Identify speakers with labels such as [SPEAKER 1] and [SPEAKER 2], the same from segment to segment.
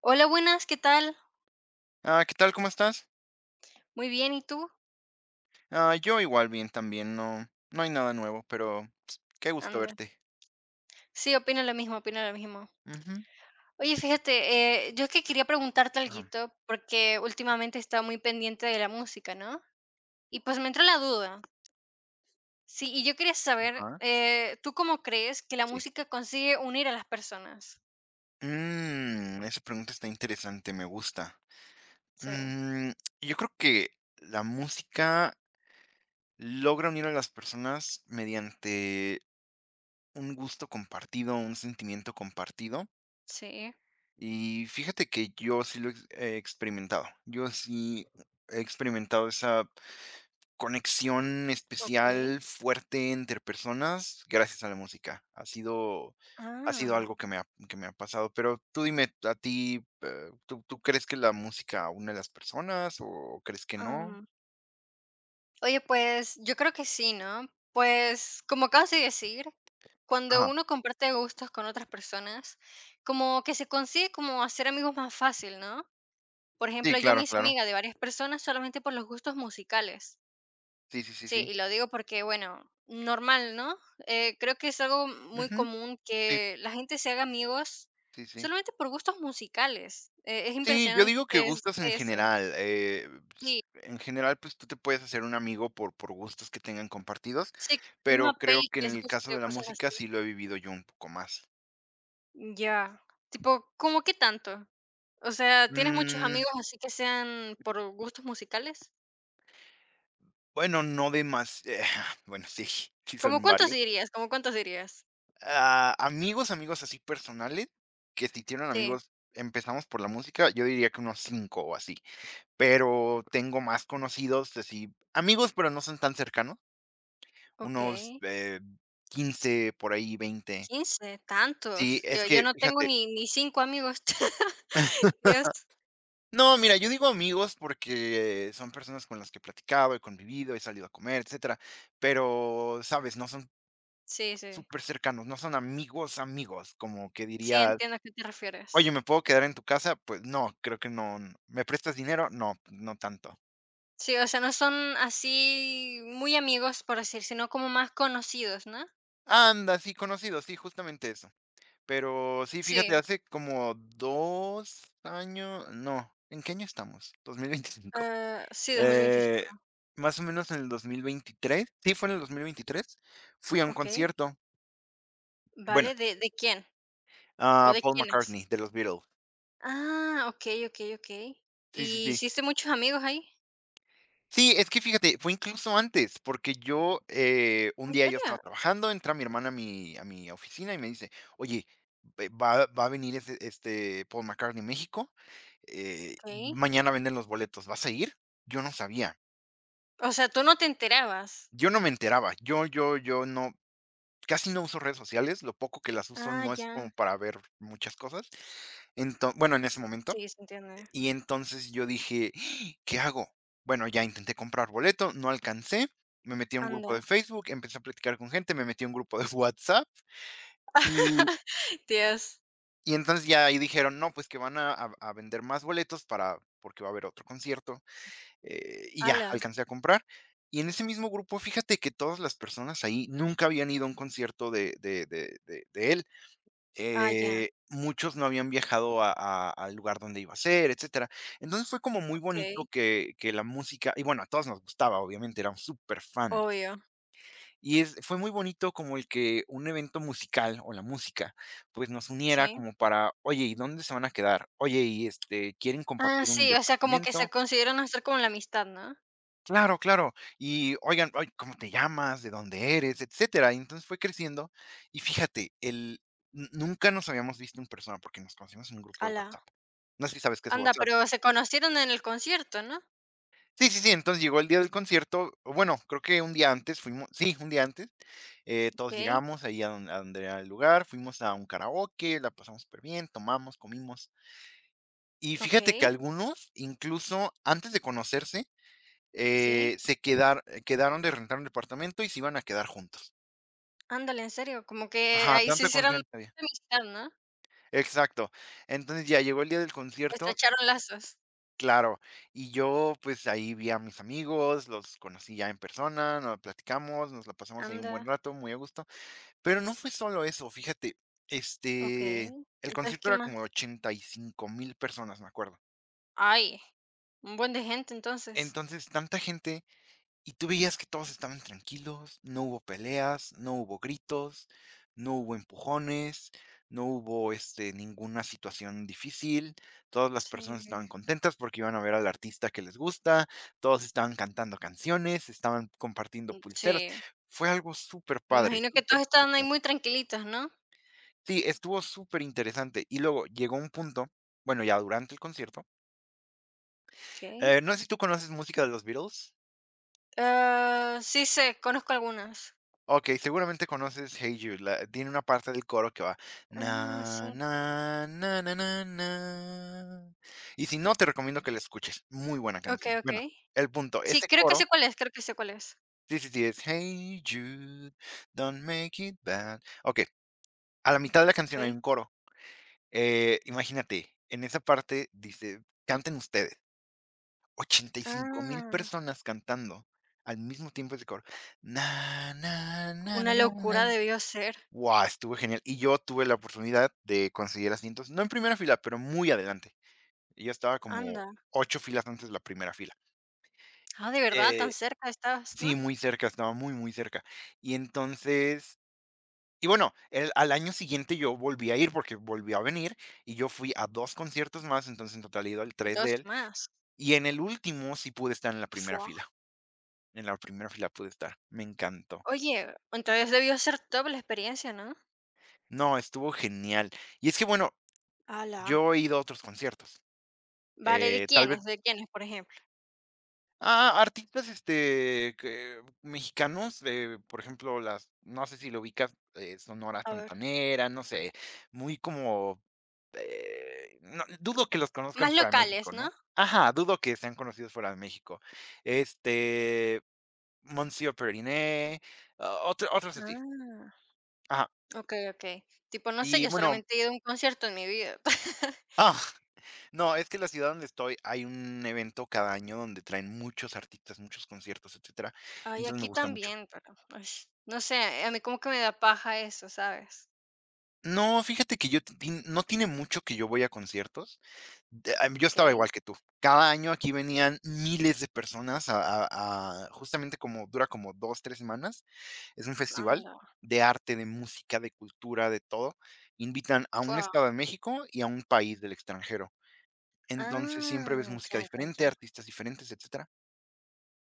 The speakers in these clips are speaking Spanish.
[SPEAKER 1] Hola, buenas, ¿qué tal?
[SPEAKER 2] ¿Qué tal? ¿Cómo estás?
[SPEAKER 1] Muy bien, ¿y tú?
[SPEAKER 2] Yo igual bien también, no, no hay nada nuevo, pero ps, qué gusto
[SPEAKER 1] Anda.
[SPEAKER 2] verte.
[SPEAKER 1] Sí, opino lo mismo, opino lo mismo.
[SPEAKER 2] Ujú.
[SPEAKER 1] Oye, fíjate, yo es que quería preguntarte
[SPEAKER 2] Ajá,
[SPEAKER 1] algo porque últimamente he estado muy pendiente de la música, ¿no? Y pues me entró la duda. Sí, y yo quería saber,
[SPEAKER 2] ajá,
[SPEAKER 1] ¿tú cómo crees que la
[SPEAKER 2] sí.
[SPEAKER 1] música consigue unir a las personas?
[SPEAKER 2] Esa pregunta está interesante, me gusta.
[SPEAKER 1] Sí.
[SPEAKER 2] Mm, yo creo que la música logra unir a las personas mediante un gusto compartido, un sentimiento compartido.
[SPEAKER 1] Sí,
[SPEAKER 2] Y fíjate que yo sí lo ex- he experimentado. Yo sí he experimentado esa conexión
[SPEAKER 1] ok.
[SPEAKER 2] especial, fuerte entre personas, gracias a la música. Ha sido algo que me ha pasado, pero tú dime, a ti, ¿tú crees que la música une a las personas o crees que no?
[SPEAKER 1] Ah, oye, pues, yo creo que sí, ¿no? Pues, como acabas de decir, cuando
[SPEAKER 2] Ajá.
[SPEAKER 1] uno comparte gustos con otras personas, como que se consigue como hacer amigos más fácil, ¿no? Por
[SPEAKER 2] Sí,
[SPEAKER 1] ejemplo, yo me
[SPEAKER 2] claro,
[SPEAKER 1] hice
[SPEAKER 2] claro.
[SPEAKER 1] amiga de varias personas solamente por los gustos musicales.
[SPEAKER 2] Sí, sí, sí,
[SPEAKER 1] Sí,
[SPEAKER 2] sí.
[SPEAKER 1] y lo digo porque, bueno, normal, ¿no? Creo que es algo muy
[SPEAKER 2] Ujú.
[SPEAKER 1] común
[SPEAKER 2] Sí,
[SPEAKER 1] que la gente se haga amigos
[SPEAKER 2] sí, sí.
[SPEAKER 1] solamente por gustos musicales. Es
[SPEAKER 2] Sí, yo
[SPEAKER 1] impresionante
[SPEAKER 2] digo que
[SPEAKER 1] que es
[SPEAKER 2] gustos en
[SPEAKER 1] eso.
[SPEAKER 2] general, s
[SPEAKER 1] Sí,
[SPEAKER 2] en general, pues, tú te puedes hacer un amigo por gustos que tengan compartidos,
[SPEAKER 1] sí,
[SPEAKER 2] pero
[SPEAKER 1] una
[SPEAKER 2] creo
[SPEAKER 1] peli
[SPEAKER 2] que
[SPEAKER 1] que
[SPEAKER 2] en
[SPEAKER 1] les
[SPEAKER 2] el caso
[SPEAKER 1] guste
[SPEAKER 2] de
[SPEAKER 1] o
[SPEAKER 2] la
[SPEAKER 1] cosas
[SPEAKER 2] música
[SPEAKER 1] así.
[SPEAKER 2] sí lo he vivido yo un poco más.
[SPEAKER 1] Ya, tipo, ¿cómo qué tanto? O sea, ¿tienes muchos
[SPEAKER 2] Mm.
[SPEAKER 1] amigos así que sean por gustos musicales?
[SPEAKER 2] Bueno, no demas bueno, sí, sí
[SPEAKER 1] ¿Cómo
[SPEAKER 2] son
[SPEAKER 1] cuántos
[SPEAKER 2] varios.
[SPEAKER 1] dirías? ¿Cómo cuántos dirías?
[SPEAKER 2] Ah, amigos, amigos así personales, que si tienen
[SPEAKER 1] Sí,
[SPEAKER 2] amigos, empezamos por la música, yo diría que unos 5 o así, pero tengo más conocidos, así, amigos, pero no son tan cercanos, unos,
[SPEAKER 1] okey,
[SPEAKER 2] 15 por ahí, 20.
[SPEAKER 1] 15,
[SPEAKER 2] Sí,
[SPEAKER 1] tantos.
[SPEAKER 2] es
[SPEAKER 1] Yo
[SPEAKER 2] que
[SPEAKER 1] no tengo
[SPEAKER 2] fíjate
[SPEAKER 1] ni 5 amigos. Dios.
[SPEAKER 2] no, mira, yo digo amigos porque son personas con las que he platicado, he convivido, he salido a comer, etcétera, pero, ¿sabes? No son
[SPEAKER 1] Sí, sí.
[SPEAKER 2] súper cercanos, no son amigos, amigos, como que
[SPEAKER 1] Sí,
[SPEAKER 2] diría:
[SPEAKER 1] entiendo a qué te
[SPEAKER 2] "Oye,
[SPEAKER 1] refieres.
[SPEAKER 2] ¿me puedo quedar en tu casa?". Pues no, creo que no, n ¿me prestas dinero? No, no tanto.
[SPEAKER 1] Sí, o sea, no son así muy amigos, por decir, sino como más conocidos, ¿no?
[SPEAKER 2] Anda, sí, conocidos, sí, justamente eso. Pero sí, fíjate,
[SPEAKER 1] Sí,
[SPEAKER 2] hace como 2 años no, ¿en qué año estamos? 2025.
[SPEAKER 1] ah, sí, dos mil
[SPEAKER 2] Eh,
[SPEAKER 1] veinticinco.
[SPEAKER 2] Más o menos en el 2023, sí, fue en el 2023, fui a un
[SPEAKER 1] Okey,
[SPEAKER 2] concierto, bueno,
[SPEAKER 1] vale, ¿de quién o
[SPEAKER 2] a
[SPEAKER 1] de
[SPEAKER 2] Paul
[SPEAKER 1] quiénes?
[SPEAKER 2] McCartney de los Beatles.
[SPEAKER 1] Ah, okey, okey, okey.
[SPEAKER 2] Sí, sí,
[SPEAKER 1] ¿Y
[SPEAKER 2] sí.
[SPEAKER 1] hiciste muchos amigos ahí?
[SPEAKER 2] Sí, es que fíjate, fue incluso antes, porque yo, un
[SPEAKER 1] ¿En
[SPEAKER 2] día yo estaba
[SPEAKER 1] serio?
[SPEAKER 2] trabajando, entra mi hermana a mi oficina y me dice: "Oye, ve va va a venir ese este Paul McCartney en México,
[SPEAKER 1] Okey.
[SPEAKER 2] mañana venden los boletos, ¿vas a ir?". Yo no sabía,
[SPEAKER 1] O sea, tú no te enterabas.
[SPEAKER 2] yo no me enteraba, yo no casi no uso redes sociales, lo poco que las uso
[SPEAKER 1] Ah,
[SPEAKER 2] no es
[SPEAKER 1] ya.
[SPEAKER 2] como para ver muchas cosas, enton bueno, en ese momento.
[SPEAKER 1] Sí, se entiende.
[SPEAKER 2] Y entonces yo dije: "¿Qué hago?". Bueno, ya intenté comprar boleto, no alcancé, me metí a un grupo
[SPEAKER 1] Anda.
[SPEAKER 2] de Facebook, empecé a platicar con gente, me metí a un grupo de WhatsApp, y
[SPEAKER 1] Dios.
[SPEAKER 2] y entonces ya ahí dijeron: "No, pues que van a vender más boletos para porque va a haber otro concierto", y ya
[SPEAKER 1] Ala.
[SPEAKER 2] alcancé a comprar. Y en ese mismo grupo, fíjate que todas las personas ahí nunca habían ido a un concierto de él.
[SPEAKER 1] Ah, ya.
[SPEAKER 2] Muchos no habían viajado a al lugar donde iba a ser, etcétera. Entonces, fue como muy bonito
[SPEAKER 1] Okey.
[SPEAKER 2] que la música y bueno, a todos nos gustaba, obviamente, éramos súper fans.
[SPEAKER 1] Obvio.
[SPEAKER 2] Y es fue muy bonito como el que un evento musical, o la música, pues, nos uniera
[SPEAKER 1] Sí.
[SPEAKER 2] como para: "Oye, ¿y dónde se van a quedar? Oye, ¿y, este, quieren
[SPEAKER 1] Ah,
[SPEAKER 2] compartir un
[SPEAKER 1] sí, o sea, como que
[SPEAKER 2] departamento?".
[SPEAKER 1] se consideran hacer como la amistad, ¿no?
[SPEAKER 2] Claro, claro. Y: "Oigan, ay, ¿cómo te llamas? ¿De dónde eres?", etcétera. Y entonces fue creciendo. Y fíjate, el n nunca nos habíamos visto en persona porque nos conocimos en un grupo de
[SPEAKER 1] Ala.
[SPEAKER 2] WhatsApp. No sé si sabes qué es
[SPEAKER 1] Anda,
[SPEAKER 2] WhatsApp.
[SPEAKER 1] pero se conocieron en el concierto, ¿no?
[SPEAKER 2] Sí, sí, sí, entonces llegó el día del concierto, o bueno, creo que un día antes fuimos sí, un día antes, todos
[SPEAKER 1] Okey,
[SPEAKER 2] llegamos ahí a donde era el lugar, fuimos a un karaoke, la pasamos súper bien tomamos, comimos. Y fíjate que
[SPEAKER 1] okey.
[SPEAKER 2] algunos, incluso antes de conocerse,
[SPEAKER 1] Sí.
[SPEAKER 2] se quedar quedaron de rentar un departamento y se iban a quedar juntos.
[SPEAKER 1] Ándale, en serio, como que
[SPEAKER 2] Ajá,
[SPEAKER 1] ahí se
[SPEAKER 2] tanta
[SPEAKER 1] hicieron
[SPEAKER 2] confianza había.
[SPEAKER 1] amistad, ¿no?
[SPEAKER 2] Exacto. Entonces, ya llegó el día del concierto.
[SPEAKER 1] Estrecharon lazos.
[SPEAKER 2] Claro, y yo, pues, ahí vi a mis amigos, los conocí ya en persona, nos platicamos, nos la pasamos ahí un buen
[SPEAKER 1] Anda.
[SPEAKER 2] rato, muy a gusto, pero no fue solo eso, fíjate, este,
[SPEAKER 1] Okey.
[SPEAKER 2] el
[SPEAKER 1] Entonces,
[SPEAKER 2] concierto
[SPEAKER 1] ¿qué
[SPEAKER 2] era
[SPEAKER 1] más?
[SPEAKER 2] como 85.000 personas, me acuerdo.
[SPEAKER 1] Ay, un buen de gente entonces.
[SPEAKER 2] Entonces, tanta gente. Y tú veías que todos estaban tranquilos, no hubo peleas, no hubo gritos, no hubo empujones, no hubo, este, ninguna situación difícil. Todas las personas
[SPEAKER 1] Sí.
[SPEAKER 2] estaban contentas porque iban a ver al artista que les gusta, todos estaban cantando canciones, estaban compartiendo
[SPEAKER 1] Mm,
[SPEAKER 2] pulseras.
[SPEAKER 1] sí,
[SPEAKER 2] Fue algo
[SPEAKER 1] me
[SPEAKER 2] superpadre,
[SPEAKER 1] imagino que
[SPEAKER 2] súper,
[SPEAKER 1] todos
[SPEAKER 2] súper
[SPEAKER 1] están ahí
[SPEAKER 2] padre.
[SPEAKER 1] muy tranquilitos, ¿no?
[SPEAKER 2] Sí, estuvo súper interesante. Y luego llegó un punto, bueno, ya durante el concierto,
[SPEAKER 1] Okey.
[SPEAKER 2] no sé si tú conoces música de los Beatles.
[SPEAKER 1] Ah, sí sé, conozco algunas.
[SPEAKER 2] Okey, seguramente conoces Hey Jude, la tiene una parte del coro que va
[SPEAKER 1] Ah,
[SPEAKER 2] na,
[SPEAKER 1] sí.
[SPEAKER 2] na, na, na, na, na. Y si no, te recomiendo que la escuches, muy buena
[SPEAKER 1] Okey,
[SPEAKER 2] canción. Bueno,
[SPEAKER 1] okey.
[SPEAKER 2] el punto,
[SPEAKER 1] Sí,
[SPEAKER 2] ese
[SPEAKER 1] creo que
[SPEAKER 2] coro
[SPEAKER 1] sé cuál es, creo que sé cuál es.
[SPEAKER 2] sí, sí, sí, es Hey Jude, don't make it bad. Okey, a la mitad de la canción hay
[SPEAKER 1] Okey.
[SPEAKER 2] un coro, imagínate, en esa parte dice: "Canten ustedes", ochenta y cinco mil
[SPEAKER 1] Ah,
[SPEAKER 2] personas cantando al mismo tiempo ese coro. Na, na, na, na,
[SPEAKER 1] una
[SPEAKER 2] na, na.
[SPEAKER 1] locura debió ser.
[SPEAKER 2] Wow, estuvo genial. Y yo tuve la oportunidad de conseguir asientos, no en primera fila, pero muy adelante. Yo estaba como
[SPEAKER 1] Anda.
[SPEAKER 2] 8 filas antes de la primera fila.
[SPEAKER 1] Ah, de verdad,
[SPEAKER 2] Eh,
[SPEAKER 1] tan cerca estabas, ¿no?
[SPEAKER 2] sí, muy cerca, estaba muy, muy cerca. Y entonces y bueno, el al año siguiente yo volví a ir, porque volvió a venir, y yo fui a 2 conciertos más, entonces en total he ido al 3 de
[SPEAKER 1] Dos
[SPEAKER 2] él,
[SPEAKER 1] más.
[SPEAKER 2] y en el último sí pude estar en la primera
[SPEAKER 1] Fua.
[SPEAKER 2] fila. En la primera fila pude estar, me encantó.
[SPEAKER 1] Oye, entonces debió ser top la experiencia, ¿no?
[SPEAKER 2] No, estuvo genial. Y es que, bueno,
[SPEAKER 1] A la.
[SPEAKER 2] yo he ido a otros conciertos,
[SPEAKER 1] Vale, ¿de
[SPEAKER 2] tal vez.
[SPEAKER 1] quiénes? ¿De quiénes, por ejemplo?
[SPEAKER 2] Ah, artistas, este, que mexicanos, por ejemplo, las no sé si lo ubicas, Sonora
[SPEAKER 1] A ver.
[SPEAKER 2] Santanera, no sé, muy como, no, dudo que los conozcan
[SPEAKER 1] Más
[SPEAKER 2] fuera de México,
[SPEAKER 1] locales, ¿no?
[SPEAKER 2] ¿no? Ajá, dudo que sean conocidos fuera de México. Este, Monsieur Periné, ah, otros así.
[SPEAKER 1] Ah.
[SPEAKER 2] Ajá,
[SPEAKER 1] Okey, okey. Tipo, no sé,
[SPEAKER 2] y
[SPEAKER 1] yo
[SPEAKER 2] bueno
[SPEAKER 1] solamente he ido a un concierto en mi vida.
[SPEAKER 2] ah, no, es que la ciudad donde estoy hay un evento cada año donde traen muchos artistas, muchos conciertos, etcétera,
[SPEAKER 1] Ay,
[SPEAKER 2] entonces me
[SPEAKER 1] aquí
[SPEAKER 2] gusta mucho.
[SPEAKER 1] también, pero, pues, no sé, a mí como que me da paja eso, ¿sabes?
[SPEAKER 2] No, fíjate que yo tin no tiene mucho que yo voy a conciertos. De am Yo estaba igual
[SPEAKER 1] Okey,
[SPEAKER 2] que tú. Cada año aquí venían miles de personas a justamente como dura como 2 3 semanas. Es un festival
[SPEAKER 1] anda,
[SPEAKER 2] de arte, de música, de cultura, de todo. Invitan a un
[SPEAKER 1] fua.
[SPEAKER 2] estado de México y a un país del extranjero. Entonces, siempre ves
[SPEAKER 1] Ah,
[SPEAKER 2] música
[SPEAKER 1] ya, ya,
[SPEAKER 2] diferente,
[SPEAKER 1] ya.
[SPEAKER 2] artistas diferentes, etcétera.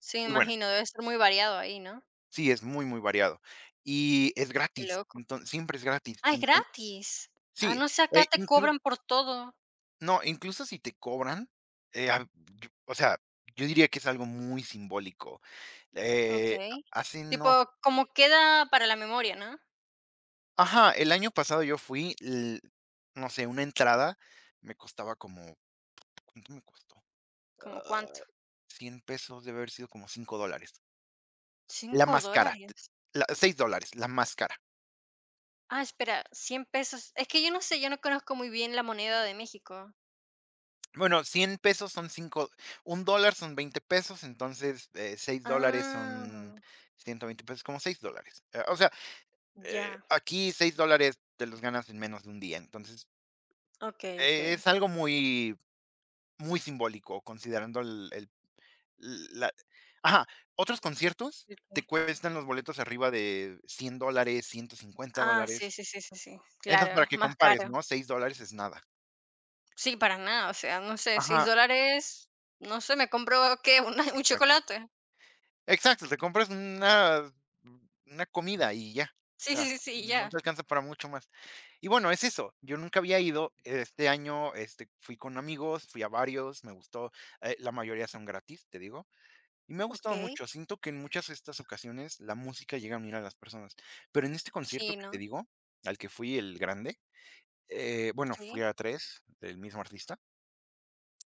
[SPEAKER 1] Sí, me
[SPEAKER 2] Y bueno,
[SPEAKER 1] imagino, debe ser muy variado ahí, ¿no?
[SPEAKER 2] sí, es muy, muy variado. Y es
[SPEAKER 1] Qué
[SPEAKER 2] gratis.
[SPEAKER 1] loco.
[SPEAKER 2] Entonces siempre es gratis.
[SPEAKER 1] Ah, es
[SPEAKER 2] Enton
[SPEAKER 1] gratis. Ah,
[SPEAKER 2] Sí,
[SPEAKER 1] no sé, acá
[SPEAKER 2] e
[SPEAKER 1] te
[SPEAKER 2] inclu
[SPEAKER 1] cobran por todo.
[SPEAKER 2] no, incluso si te cobran, a yo o sea, yo diría que es algo muy simbólico.
[SPEAKER 1] Okey.
[SPEAKER 2] Hace
[SPEAKER 1] Tipo,
[SPEAKER 2] no
[SPEAKER 1] como queda para la memoria, ¿no?
[SPEAKER 2] ajá, el año pasado yo fui, l no sé, una entrada me costaba como, ¿cuánto me costó?
[SPEAKER 1] ¿Cómo
[SPEAKER 2] Ah,
[SPEAKER 1] cuánto?
[SPEAKER 2] 100 pesos, debe haber sido como 5 dólares. La
[SPEAKER 1] Cinco
[SPEAKER 2] más cara, t
[SPEAKER 1] dólares.
[SPEAKER 2] la 6 dólares, la más cara.
[SPEAKER 1] Ah, espera, 100 pesos. Es que yo no sé, yo no conozco muy bien la moneda de México.
[SPEAKER 2] Bueno, 100 pesos son cinco, un dólar son 20 pesos, entonces, 6 dólares
[SPEAKER 1] Ah,
[SPEAKER 2] son 120 pesos, como 6 dólares. O sea,
[SPEAKER 1] ya.
[SPEAKER 2] aquí 6 dólares te los ganas en menos de un día. Entonces,
[SPEAKER 1] Okey,
[SPEAKER 2] es
[SPEAKER 1] okey.
[SPEAKER 2] algo muy, muy simbólico considerando el la ajá, otros conciertos
[SPEAKER 1] Okey.
[SPEAKER 2] te cuestan los boletos arriba de 100 dólares, ciento cincuenta
[SPEAKER 1] Ah, sí,
[SPEAKER 2] dólares.
[SPEAKER 1] sí, sí, sí, sí.
[SPEAKER 2] Entonces, para
[SPEAKER 1] Claro,
[SPEAKER 2] que
[SPEAKER 1] más
[SPEAKER 2] compares,
[SPEAKER 1] caro.
[SPEAKER 2] ¿no? 6 dólares es nada.
[SPEAKER 1] Sí, para nada, o sea, no sé, seis
[SPEAKER 2] Ajá,
[SPEAKER 1] dólares, no sé, me compro, ¿qué? Una un
[SPEAKER 2] exacto.
[SPEAKER 1] chocolate.
[SPEAKER 2] Exacto, te compras una comida y ya, o
[SPEAKER 1] Sí, sí,
[SPEAKER 2] sea,
[SPEAKER 1] sí, sí,
[SPEAKER 2] no
[SPEAKER 1] ya.
[SPEAKER 2] te alcanza para mucho más. Y bueno, es eso, yo nunca había ido, este año, este, fui con amigos, fui a varios, me gustó, la mayoría son gratis, te digo, y me ha gustado
[SPEAKER 1] Okey.
[SPEAKER 2] mucho, siento que en muchas de estas ocasiones la música llega a unir a las personas, pero en este concierto
[SPEAKER 1] Sí,
[SPEAKER 2] que te
[SPEAKER 1] ¿no?
[SPEAKER 2] digo, al que fui, el grande, bueno, fui
[SPEAKER 1] Sí.
[SPEAKER 2] a 3 del mismo artista,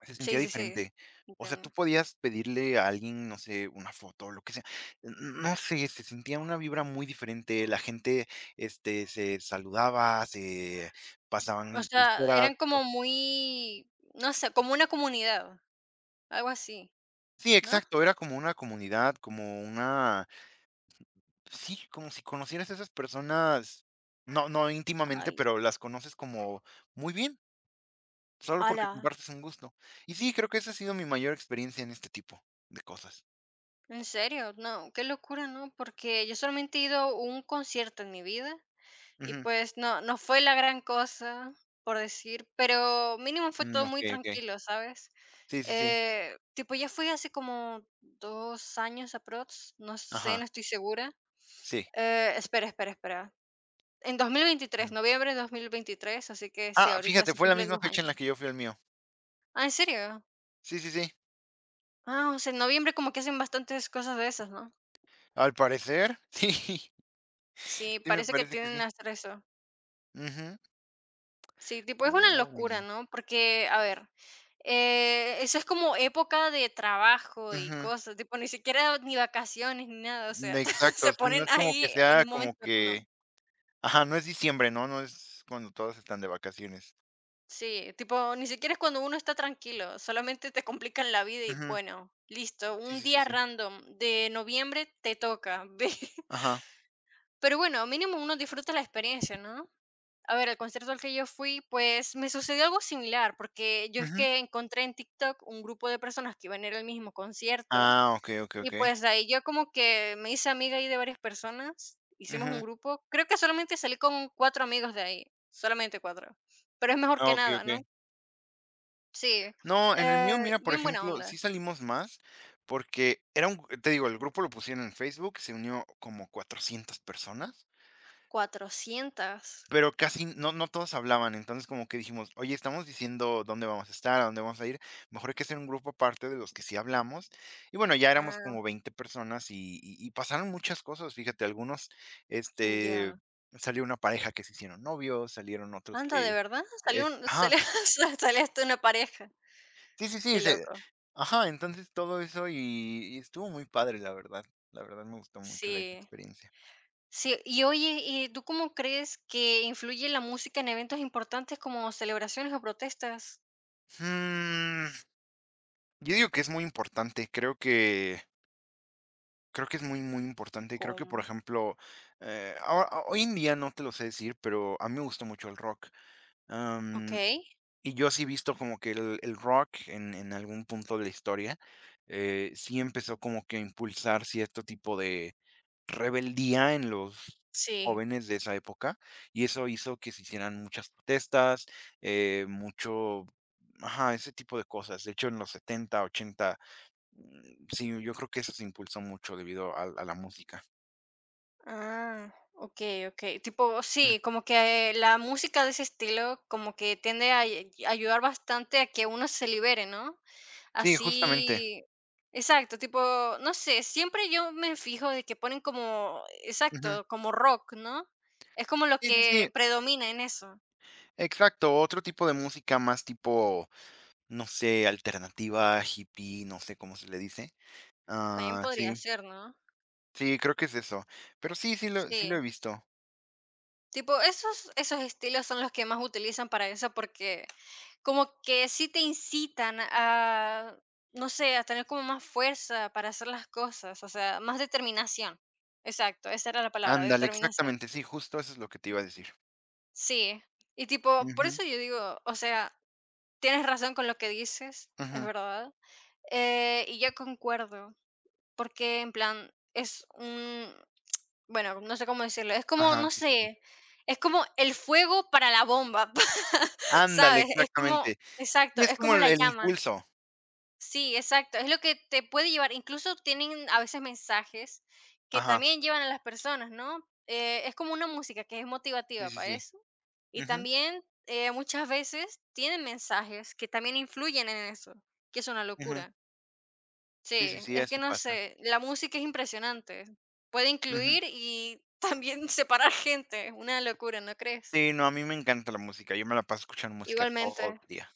[SPEAKER 2] se sentía
[SPEAKER 1] Sí, sí, sí.
[SPEAKER 2] diferente. O sea, tú
[SPEAKER 1] Entiendo.
[SPEAKER 2] podías pedirle a alguien, no sé, una foto o lo que sea. N No sé, se sentía una vibra muy diferente. La gente, este, se saludaba, se
[SPEAKER 1] O
[SPEAKER 2] pasaban
[SPEAKER 1] sea,
[SPEAKER 2] culturas.
[SPEAKER 1] eran como muy, no sé, como una comunidad, algo así,
[SPEAKER 2] Sí,
[SPEAKER 1] ¿no?
[SPEAKER 2] exacto, era como una comunidad, como una sí, como si conocieras a esas personas, no no íntimamente,
[SPEAKER 1] Ay,
[SPEAKER 2] pero las conoces como muy bien, solo porque
[SPEAKER 1] ¡hala!
[SPEAKER 2] compartes un gusto. Y sí, creo que esa ha sido mi mayor experiencia en este tipo de cosas.
[SPEAKER 1] ¿En serio? No, qué locura, ¿no? Porque yo solamente he ido a un concierto en mi vida y
[SPEAKER 2] Ujú.
[SPEAKER 1] pues no, no fue la gran cosa, por decir, pero mínimo fue
[SPEAKER 2] Mm,
[SPEAKER 1] todo muy
[SPEAKER 2] okey, okey.
[SPEAKER 1] tranquilo, ¿sabes?
[SPEAKER 2] Sí, sí, sí.
[SPEAKER 1] Tipo, ya fui hace como dos años aprox, no sé,
[SPEAKER 2] Ajá.
[SPEAKER 1] no estoy segura.
[SPEAKER 2] Sí.
[SPEAKER 1] Espera, espera, espera. En dos mil
[SPEAKER 2] Ujú.
[SPEAKER 1] veintitrés, noviembre de 2023, así que sí,
[SPEAKER 2] Ah,
[SPEAKER 1] ahorita
[SPEAKER 2] fíjate,
[SPEAKER 1] se
[SPEAKER 2] fue la
[SPEAKER 1] cumplen
[SPEAKER 2] misma
[SPEAKER 1] dos
[SPEAKER 2] fecha en
[SPEAKER 1] años.
[SPEAKER 2] la que yo fui al mío.
[SPEAKER 1] Ah, ¿en serio?
[SPEAKER 2] Sí, sí, sí.
[SPEAKER 1] Ah, o sea, en noviembre como que hacen bastantes cosas de esas, ¿no?
[SPEAKER 2] Al parecer, sí, sí
[SPEAKER 1] Sí,
[SPEAKER 2] me
[SPEAKER 1] parece que
[SPEAKER 2] parece que sí.
[SPEAKER 1] tienen hasta eso.
[SPEAKER 2] Ujú.
[SPEAKER 1] Sí, tipo, es una
[SPEAKER 2] Órale.
[SPEAKER 1] locura, ¿no? Porque, a ver, eso es como época de trabajo y
[SPEAKER 2] Ujú.
[SPEAKER 1] cosas, tipo, ni siquiera ni vacaciones ni nada, o
[SPEAKER 2] Mm,
[SPEAKER 1] sea,
[SPEAKER 2] exacto,
[SPEAKER 1] se
[SPEAKER 2] sí, no
[SPEAKER 1] ponen
[SPEAKER 2] es como que
[SPEAKER 1] ahí en
[SPEAKER 2] sea
[SPEAKER 1] un
[SPEAKER 2] como
[SPEAKER 1] momento random.
[SPEAKER 2] que ajá, no es diciembre, ¿no? No es cuando todos están de vacaciones.
[SPEAKER 1] Sí, tipo, ni siquiera es cuando uno está tranquilo, solamente te complican la vida y
[SPEAKER 2] Ujú.
[SPEAKER 1] bueno, listo,
[SPEAKER 2] Sí,
[SPEAKER 1] un
[SPEAKER 2] sí, sí,
[SPEAKER 1] día
[SPEAKER 2] sí.
[SPEAKER 1] random de noviembre te toca. ve.
[SPEAKER 2] Ajá.
[SPEAKER 1] Pero bueno, mínimo uno disfruta la experiencia, ¿no? A ver, el concierto al que yo fui, pues me sucedió algo similar, porque yo es
[SPEAKER 2] Ujú.
[SPEAKER 1] que encontré en TikTok un grupo de personas que iban a ir al mismo concierto
[SPEAKER 2] Ah, okey, okey,
[SPEAKER 1] y
[SPEAKER 2] okey.
[SPEAKER 1] pues de ahí yo como que me hice amiga ahí de varias personas, hicimos un
[SPEAKER 2] Ujú.
[SPEAKER 1] grupo, creo que solamente salí con cuatro amigos de ahí, solamente cuatro, pero es mejor
[SPEAKER 2] Ah,
[SPEAKER 1] que
[SPEAKER 2] okey,
[SPEAKER 1] nada, ¿no?
[SPEAKER 2] okey.
[SPEAKER 1] Sí,
[SPEAKER 2] No, en el mío, mira, por
[SPEAKER 1] bien buena
[SPEAKER 2] ejemplo,
[SPEAKER 1] onda.
[SPEAKER 2] sí salimos más, porque era un te digo, el grupo lo pusieron en Facebook, se unió como 400 personas.
[SPEAKER 1] 400.
[SPEAKER 2] Pero casi no no todos hablaban, entonces como que dijimos: "Oye, estamos diciendo dónde vamos a estar, a dónde vamos a ir, mejor hay que hacer un grupo aparte de los que sí hablamos". Y bueno, ya éramos
[SPEAKER 1] Ah,
[SPEAKER 2] como 20 personas y pasaron muchas cosas, fíjate, algunos, este,
[SPEAKER 1] ya.
[SPEAKER 2] salió una pareja que se hicieron novios, salieron otros
[SPEAKER 1] Anda, ¿de
[SPEAKER 2] que,
[SPEAKER 1] verdad? Salió,
[SPEAKER 2] ajá,
[SPEAKER 1] salió, salió hasta una pareja.
[SPEAKER 2] sí, sí, sí,
[SPEAKER 1] Qué
[SPEAKER 2] se
[SPEAKER 1] loco.
[SPEAKER 2] ajá, entonces todo eso y estuvo muy padre, la verdad me gustó mucho la
[SPEAKER 1] Sí.
[SPEAKER 2] experiencia.
[SPEAKER 1] Sí, y oye, ¿y tú cómo crees que influye la música en eventos importantes como celebraciones o protestas?
[SPEAKER 2] Mm, yo digo que es muy importante, creo que es muy, muy importante. Creo que, por
[SPEAKER 1] Como,
[SPEAKER 2] ejemplo, hoy en día no te lo sé decir, pero a mí me gusta mucho el rock.
[SPEAKER 1] ok,
[SPEAKER 2] Am, y yo sí he visto como que el rock en algún punto de la historia, sí empezó como que a impulsar cierto tipo de rebeldía en los
[SPEAKER 1] sí.
[SPEAKER 2] jóvenes de esa época, y eso hizo que se hicieran muchas protestas, mucho ajá, ese tipo de cosas. De hecho, en los 70 80 mm, sí, yo creo que eso se impulsó mucho debido al a la música.
[SPEAKER 1] Ah, ok, ok. Tipo, sí,
[SPEAKER 2] Ujú.
[SPEAKER 1] como que la música de ese estilo como que tiende a ayudar bastante a que uno se libere, ¿no?
[SPEAKER 2] Sí, justamente.
[SPEAKER 1] Así, exacto, tipo, no sé, siempre yo me fijo de que ponen como,
[SPEAKER 2] Ujú.
[SPEAKER 1] exacto, como rock, ¿no? Es como lo
[SPEAKER 2] Sí, sí, sí,
[SPEAKER 1] que predomina en eso.
[SPEAKER 2] exacto. Otro tipo de música más tipo, no sé, alternativa, hippie, no sé cómo se le dice.
[SPEAKER 1] También
[SPEAKER 2] Ah,
[SPEAKER 1] podría
[SPEAKER 2] sí,
[SPEAKER 1] ser, ¿no?
[SPEAKER 2] sí, creo que es eso. Pero sí, sí lo he
[SPEAKER 1] Sí.
[SPEAKER 2] visto.
[SPEAKER 1] Tipo, esos, esos estilos son los que más utilizan para eso porque como que sí te incitan a, no sé, a tener como más fuerza para hacer las cosas, o sea, más determinación. Exacto, esa era la palabra,
[SPEAKER 2] Ándale,
[SPEAKER 1] determinación.
[SPEAKER 2] exactamente, sí, justo eso es lo que te iba a decir.
[SPEAKER 1] Sí. Y tipo, por
[SPEAKER 2] Ujú,
[SPEAKER 1] eso yo digo, o sea, tienes razón con lo que dices, es
[SPEAKER 2] ujú.
[SPEAKER 1] verdad. Y yo concuerdo, porque en plan es un bueno, no sé cómo decirlo, es como,
[SPEAKER 2] Ajá,
[SPEAKER 1] no
[SPEAKER 2] sí, sí, sí.
[SPEAKER 1] sé, es como el fuego para la bomba,
[SPEAKER 2] Ándale,
[SPEAKER 1] ¿sabes? Es como
[SPEAKER 2] exactamente.
[SPEAKER 1] exacto,
[SPEAKER 2] Sí, es
[SPEAKER 1] es
[SPEAKER 2] como
[SPEAKER 1] como
[SPEAKER 2] el
[SPEAKER 1] la
[SPEAKER 2] el
[SPEAKER 1] llama.
[SPEAKER 2] impulso.
[SPEAKER 1] Sí, exacto, es lo que te puede llevar, incluso tienen a veces mensajes que
[SPEAKER 2] Ajá,
[SPEAKER 1] también llevan a las personas, ¿no? Es como una música que es
[SPEAKER 2] sí,
[SPEAKER 1] motivativa
[SPEAKER 2] sí,
[SPEAKER 1] para
[SPEAKER 2] sí.
[SPEAKER 1] eso. Y
[SPEAKER 2] Ujú,
[SPEAKER 1] también muchas veces tienen mensajes que también influyen en eso, que es una
[SPEAKER 2] ujú.
[SPEAKER 1] locura.
[SPEAKER 2] Sí, sí,
[SPEAKER 1] Sí,
[SPEAKER 2] sí,
[SPEAKER 1] es que
[SPEAKER 2] así
[SPEAKER 1] no
[SPEAKER 2] pasa.
[SPEAKER 1] sé, la música es impresionante. Puede
[SPEAKER 2] Ujú.
[SPEAKER 1] incluir y también separar gente, es una locura, ¿no crees?
[SPEAKER 2] Sí, no, a mí me encanta la música. Yo me la paso escuchando música todo
[SPEAKER 1] Igualmente,
[SPEAKER 2] el día.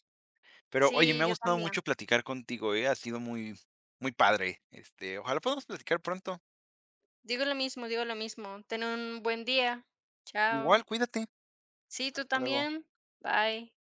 [SPEAKER 2] Pero oye, me
[SPEAKER 1] sí,
[SPEAKER 2] ha
[SPEAKER 1] yo
[SPEAKER 2] gustado
[SPEAKER 1] también.
[SPEAKER 2] mucho platicar contigo, ¿eh? Ha sido muy, muy padre. Este, ojalá podamos platicar pronto.
[SPEAKER 1] Digo lo mismo, digo lo mismo. Ten un buen día.
[SPEAKER 2] Igual,
[SPEAKER 1] Chao.
[SPEAKER 2] cuídate.
[SPEAKER 1] Sí, tú
[SPEAKER 2] Hasta luego.
[SPEAKER 1] también. Bye.